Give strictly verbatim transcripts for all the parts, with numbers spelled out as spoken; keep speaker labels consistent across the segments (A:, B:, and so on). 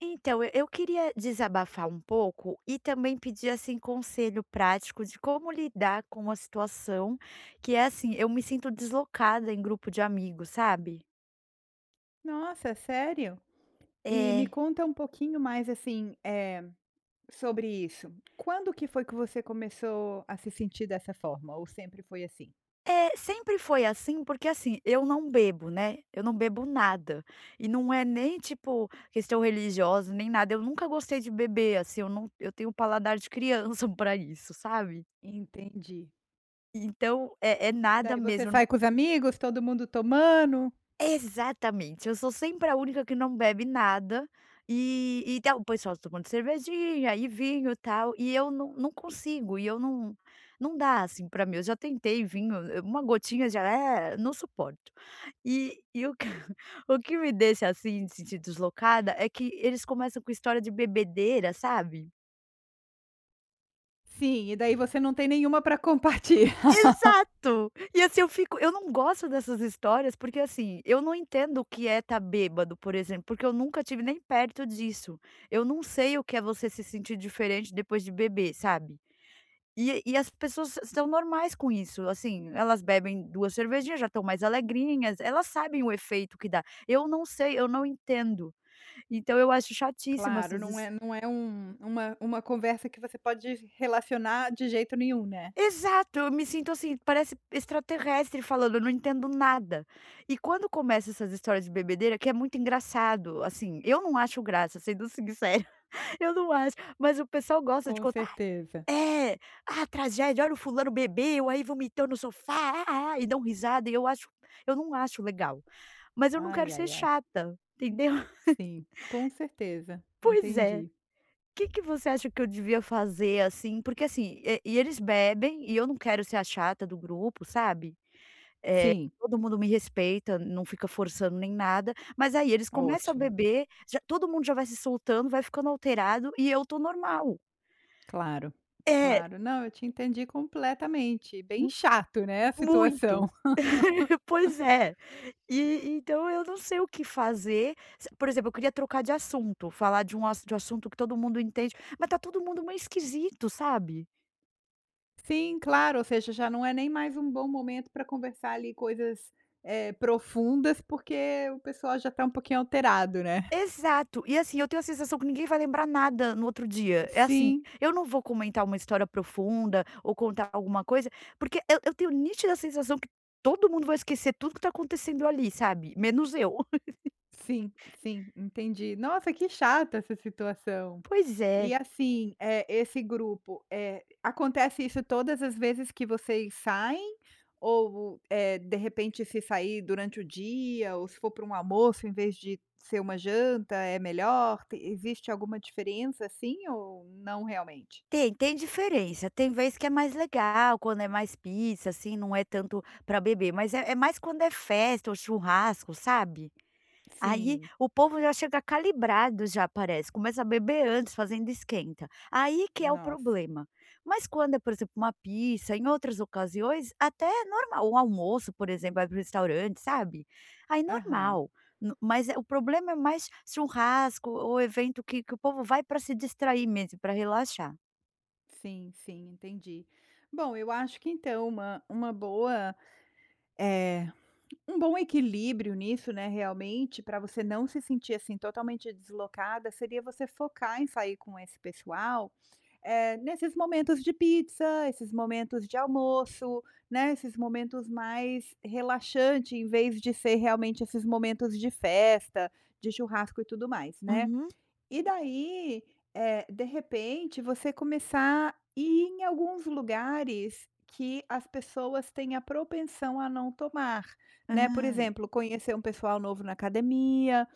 A: Então, eu eu queria desabafar um pouco e também pedir, assim, conselho prático de como lidar com a situação que é assim, eu me sinto deslocada em grupo de amigos, sabe?
B: Nossa, sério? E me
A: É.
B: conta um pouquinho mais, assim, eh, sobre isso. Quando que foi que você começou a se sentir dessa forma ou sempre foi assim?
A: É, sempre foi assim, porque assim, eu não bebo, né, eu não bebo nada. E não é nem, tipo, questão religiosa, nem nada, eu nunca gostei de beber, assim, eu não eu tenho um paladar de criança para isso, sabe?
B: Entendi.
A: Então, é é nada
B: Daí você
A: mesmo.
B: sai com os amigos, todo mundo tomando?
A: Exatamente, eu sou sempre a única que não bebe nada, e e tá o pessoal tomando cervejinha e vinho e tal, e eu não não consigo, e eu não não dá assim pra mim, eu já tentei vinho, eh, uma gotinha já é não suporto. E e o que o que me deixa, assim, de sentir deslocada é que eles começam com história de bebedeira, sabe?
B: Sim, e daí você não tem nenhuma para compartilhar.
A: Exato! E assim, eu fico eu não gosto dessas histórias, porque assim, eu não entendo o que é estar bêbado, por exemplo, porque eu nunca tive nem perto disso. Eu não sei o que é você se sentir diferente depois de beber, sabe. E e as pessoas s são normais com isso, assim, elas bebem duas cervejinhas, já estão mais alegrinhas, elas sabem o efeito que dá. Eu não sei, eu não entendo. Então eu acho chatíssimo
B: Claro,
A: essas...
B: não é não é um uma uma conversa que você pode relacionar de jeito nenhum, né.
A: Exato, eu me sinto assim, parece extraterrestre falando, eu não entendo nada. E quando começa essas histórias de bebedeira, que é muito engraçado, assim, eu não acho graça, sendo sincera, eu não acho, mas o pessoal gosta de
B: Com
A: contar:
B: certeza.
A: "Ah, é, ah, tragédia, olha o fulano bebeu, aí vomitou no sofá, ah, ah, ah", e dão risada e eu acho eu não acho legal, mas eu não
B: Ai,
A: quero ser
B: ai, ai.
A: chata, entendeu.
B: Sim, com certeza.
A: Pois é. O
B: Entendi.
A: que que você acha que eu devia fazer, assim? Porque assim, e e eles bebem e eu não quero ser a chata do grupo, sabe.
B: Sim,
A: Todo mundo me respeita, não fica forçando nem nada, mas aí eles começam a
B: ótimo.
A: beber, já todo mundo já vai se soltando, vai ficando alterado e eu tô normal.
B: Claro,
A: É,
B: claro. Não, eu te entendi completamente. Bem
A: m
B: chato, né, a situação.
A: muito. Pois é. E então eu não sei o que fazer. Se por exemplo, eu queria trocar de assunto, falar de um ass de um assunto que todo mundo entende, mas tá todo mundo meio esquisito, sabe?
B: Sim, claro, ou seja, já não é nem mais um bom momento para conversar ali coisas, eh, profundas, porque o pessoal já está um pouquinho alterado, né.
A: Exato. E assim, eu tenho a sensação que ninguém vai lembrar nada no outro dia. É assim,
B: Sim.
A: eu não vou comentar uma história profunda ou contar alguma coisa, porque eu eu tenho nítida sensação que todo mundo vai esquecer tudo que tá acontecendo ali, sabe, menos eu.
B: Sim, sim, entendi. Nossa, que chata essa situação.
A: Pois é.
B: E assim, é esse grupo, é acontece isso todas as vezes que vocês saem? Ou, é de repente, se sair durante o dia, ou se for para um almoço em vez de ser uma janta, é melhor? Te existe alguma diferença assim ou não realmente?
A: Tem tem diferença. Tem vez que é mais legal, quando é mais pizza, assim, não é tanto pra beber, mas é é mais quando é festa ou churrasco, sabe? Aí
B: Sim,
A: o povo já chega calibrado já parece, começa a beber antes, fazendo esquenta. Aí que é o
B: nossa.
A: problema. Mas quando é, por exemplo, uma pizza, em outras ocasiões, até é normal. Um almoço, por exemplo, vai para o restaurante, sabe. Aí
B: Aham.
A: normal. No mas é o problema é mais churrasco ou evento que que o povo vai para se distrair mesmo, para relaxar.
B: Sim, sim, entendi. Bom, eu acho que então uma uma boa, eh um bom equilíbrio nisso, né, realmente, para você não se sentir, assim, totalmente deslocada, seria você focar em sair com esse pessoal, eh, nesses momentos de pizza, esses momentos de almoço, né, esses momentos mais relaxante, em vez de ser realmente esses momentos de festa, de churrasco e tudo mais, né.
A: Uhum.
B: E daí, eh, de repente, você começar a ir em alguns lugares que as pessoas têm a propensão a não tomar, né. Por
A: Hã.
B: exemplo, conhecer um pessoal novo na academia,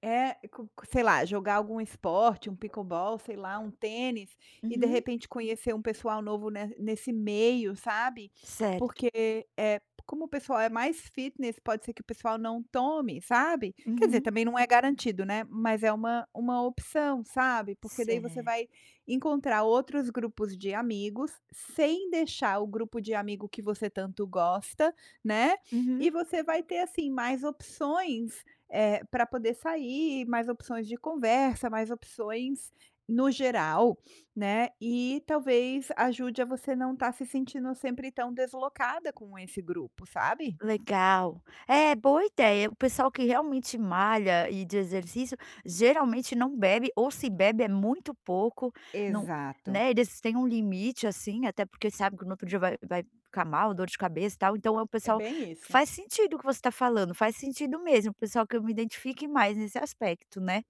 B: é, co co sei lá, jogar algum esporte, um pickleball, sei lá, um tênis, e de
A: Uhum.
B: repente conhecer um pessoal novo ne nesse meio, sabe.
A: Certo.
B: Porque, é, como o pessoal é mais fitness, pode ser que o pessoal não tome, sabe. Quer dizer,
A: Uhum.
B: também não é garantido, né, mas é uma uma opção, sabe. Porque daí você
A: Certo.
B: vai encontrar outros grupos de amigos, sem deixar o grupo de amigo que você tanto gosta, né, e
A: Uhum.
B: você vai ter, assim, mais opções eh, pra poder sair, mais opções de conversa, mais opções no geral, né, e talvez ajude a você não estar se sentindo sempre tão deslocada com esse grupo, sabe?
A: Legal. É, boa ideia. O pessoal que realmente malha e de exercício, geralmente não bebe, ou se bebe é muito pouco, não
B: Exato,
A: né, eles têm um limite, assim, até porque sabe que no outro dia vai vai ficar mal, dor de cabeça e tal, então é o
B: é
A: pessoal
B: bem isso.
A: faz sentido o que você está falando, faz sentido mesmo, o pessoal que eu me identifique mais nesse aspecto, né.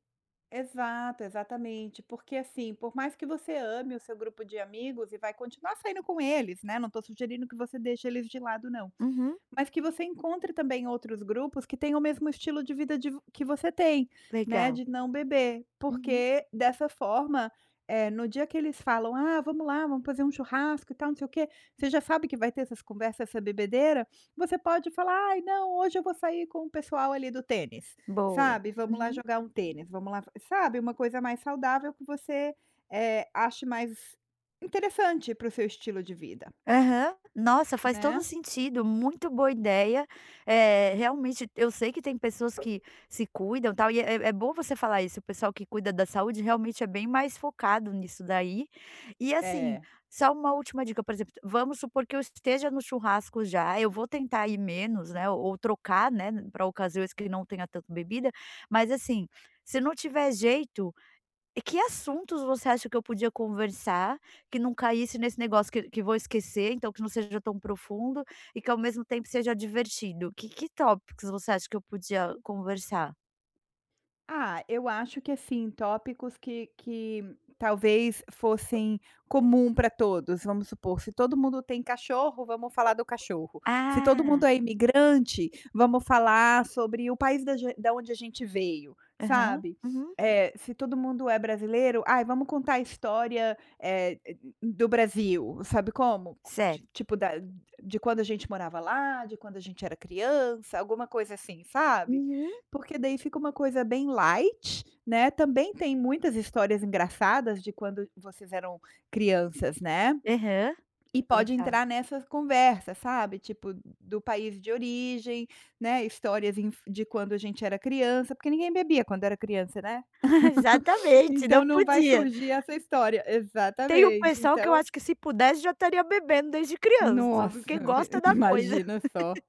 B: Exato, exatamente, porque assim, por mais que você ame o seu grupo de amigos e vai continuar saindo com eles, né, não estou sugerindo que você deixe eles de lado não.
A: Uhum,
B: Mas que você encontre também outros grupos que têm o mesmo estilo de vida de vo que você tem, né,
A: legal.
B: de não beber,
A: Uhum.
B: porque dessa forma, eh, no dia que eles falam: "Ah, vamos lá, vamos fazer um churrasco e tal, não sei o quê", você já sabe que vai ter essas conversas, essa bebedeira, você pode falar: "Ai, não, hoje eu vou sair com o pessoal ali do tênis",
A: Boa.
B: sabe, "Vamos lá
A: Uhum.
B: jogar um tênis, vamos lá", sabe, uma coisa mais saudável que você, eh, ache mais interessante para o seu estilo de vida,
A: Aham. Nossa, faz todo
B: né.
A: sentido, muito boa ideia. É realmente, eu sei que tem pessoas que se cuidam, tal, e é é bom você falar isso, o pessoal que cuida da saúde realmente é bem mais focado nisso daí. E assim,
B: É.
A: só uma última dica, por exemplo, vamos supor que eu esteja no churrasco já, eu vou tentar ir menos, né, ou ou trocar, né, pra ocasiões que não tenha tanto bebida, mas assim, se não tiver jeito e que assuntos você acha que eu podia conversar, que não caísse nesse negócio que que vou esquecer, então que não seja tão profundo e que ao mesmo tempo seja divertido? Que que tópicos você acha que eu podia conversar?
B: Ah, eu acho que, assim, tópicos que que talvez fossem comum para todos, vamos supor, se todo mundo tem cachorro, vamos falar do cachorro. Se todo
A: Ah,
B: mundo é imigrante, vamos falar sobre o país da gen da onde a gente veio,
A: aham,
B: sabe.
A: uhum,
B: Eh, se todo mundo é brasileiro, ai, vamos contar a história, eh, do Brasil, sabe como? Ti
A: certo.
B: tipo da de quando a gente morava lá, de quando a gente era criança, alguma coisa assim, sabe.
A: Uhum,
B: Porque daí fica uma coisa bem light, né, também tem muitas histórias engraçadas de quando vocês eram crianças, né,
A: aham,
B: e pode
A: legal.
B: entrar nessas conversas, sabe, tipo do país de origem, né, histórias inf de quando a gente era criança, porque ninguém bebia quando era criança, né.
A: Exatamente,
B: Então
A: não
B: não vai
A: podia.
B: surgir essa história.
A: Tem um
B: Exatamente,
A: pessoal que eu
B: então
A: acho que se pudesse já estaria bebendo desde criança, porque
B: nossa, me
A: gosta da coisa.
B: imagina só,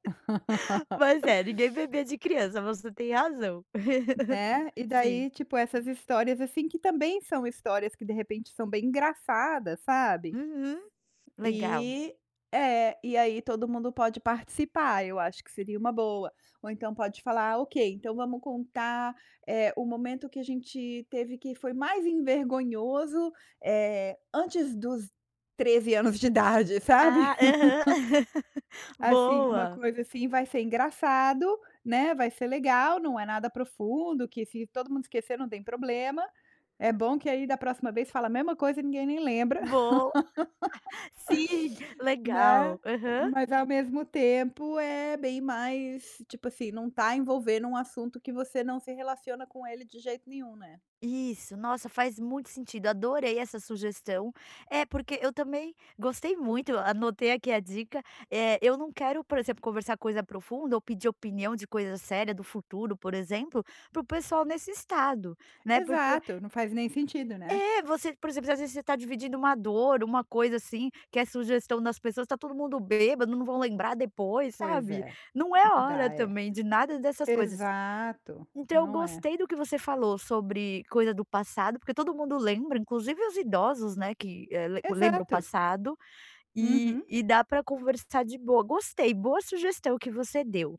A: Mas é, ninguém bebia de criança, você tem razão.
B: né. E
A: Sim.
B: daí, tipo, essas histórias, assim, que também são histórias que de repente são bem engraçadas, sabe.
A: Uhum, legal.
B: E é, e aí todo mundo pode participar, eu acho que seria uma boa. Ou então pode falar: "Ah, "Ok, então vamos contar, eh, o momento que a gente teve que foi mais envergonhoso, eh, antes dos treze anos de idade", sabe?
A: Ah, aham.
B: Assim, uma
A: Boa,
B: coisa assim, vai ser engraçado, né, vai ser legal, não é nada profundo, que se todo mundo esquecer não tem problema. É bom que aí da próxima vez fala a mesma coisa e ninguém nem lembra.
A: boa. Sim,
B: Né,
A: legal. Aham.
B: mas ao mesmo tempo é bem mais, tipo assim, não tá envolvendo um assunto que você não se relaciona com ele de jeito nenhum, né.
A: Isso, nossa, faz muito sentido, adorei essa sugestão. É, porque eu também gostei muito, anotei aqui a dica. É, eu não quero, por exemplo, conversar coisa profunda ou pedir opinião de coisa séria do futuro, por exemplo, para o pessoal nesse estado, né, porque...
B: Exato, não faz nem sentido, né.
A: É, você, por exemplo, às vezes você está dividindo uma dor, uma coisa assim, que é sugestão das pessoas, tá todo mundo bêbado, não vão lembrar depois,
B: Pois
A: sabe.
B: é,
A: Não é
B: não
A: hora
B: dá, é.
A: também de nada dessas coisas.
B: Exato,
A: Então eu
B: não é.
A: gostei do que você falou sobre coisa do passado, porque todo mundo lembra, inclusive os idosos, né, que, eh, le lembram o
B: Exato.
A: passado, e
B: Uhum.
A: e dá para conversar de boa. Gostei, boa sugestão que você deu.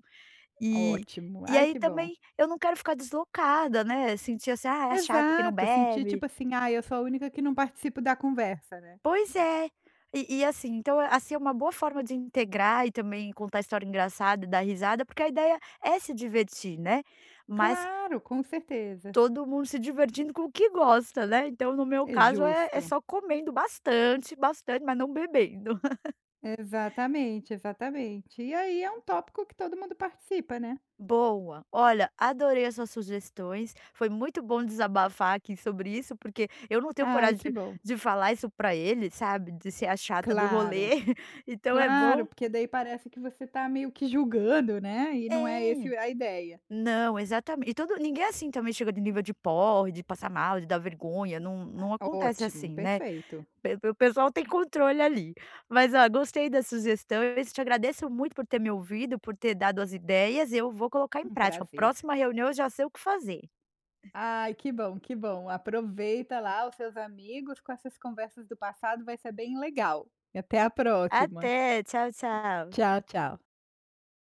A: E
B: Ótimo,
A: e
B: ai
A: aí
B: que bom.
A: também eu não quero ficar deslocada, né, sentir assim: "Ah, é a chata que não
B: Exato, sentir
A: bebe".
B: tipo assim: "Ai, eu sou a única que não participo da conversa", né.
A: Pois é. E e assim, então, assim, é uma boa forma de integrar e também contar história engraçada e dar risada, porque a ideia é se divertir, né. Mas
B: Claro, com certeza.
A: todo mundo se divertindo com o que gosta, né. Então, no meu
B: É
A: caso, é é
B: justo.
A: só comendo bastante, bastante, mas não bebendo.
B: Exatamente, exatamente. E aí é um tópico que todo mundo participa, né.
A: Boa. Olha, adorei as suas sugestões. Foi muito bom desabafar aqui sobre isso, porque eu não tenho
B: Ai,
A: coragem
B: que
A: de
B: bom.
A: de falar isso pra ele, sabe, de ser a chata do rolê.
B: Claro,
A: Então é
B: claro,
A: bom
B: porque daí parece que você tá meio que julgando, né, e não é esse
A: é.
B: a ideia.
A: Não, exatamente. E todo ninguém assim também chega de nível de porre, de passar mal, de dar vergonha, não não acontece
B: Ótimo,
A: assim, né.
B: perfeito,
A: Pe pe- o pessoal tem controle ali. Mas ó, gostei da sugestão. Eu te agradeço muito por ter me ouvido, por ter dado as ideias, eu vou colocar em
B: um
A: prática.
B: prazer.
A: Próxima reunião eu já sei o que fazer.
B: Ai, que bom, que bom. Aproveita lá os seus amigos com essas conversas do passado, vai ser bem legal. E até a próxima.
A: Até, tchau, tchau.
B: Tchau, tchau.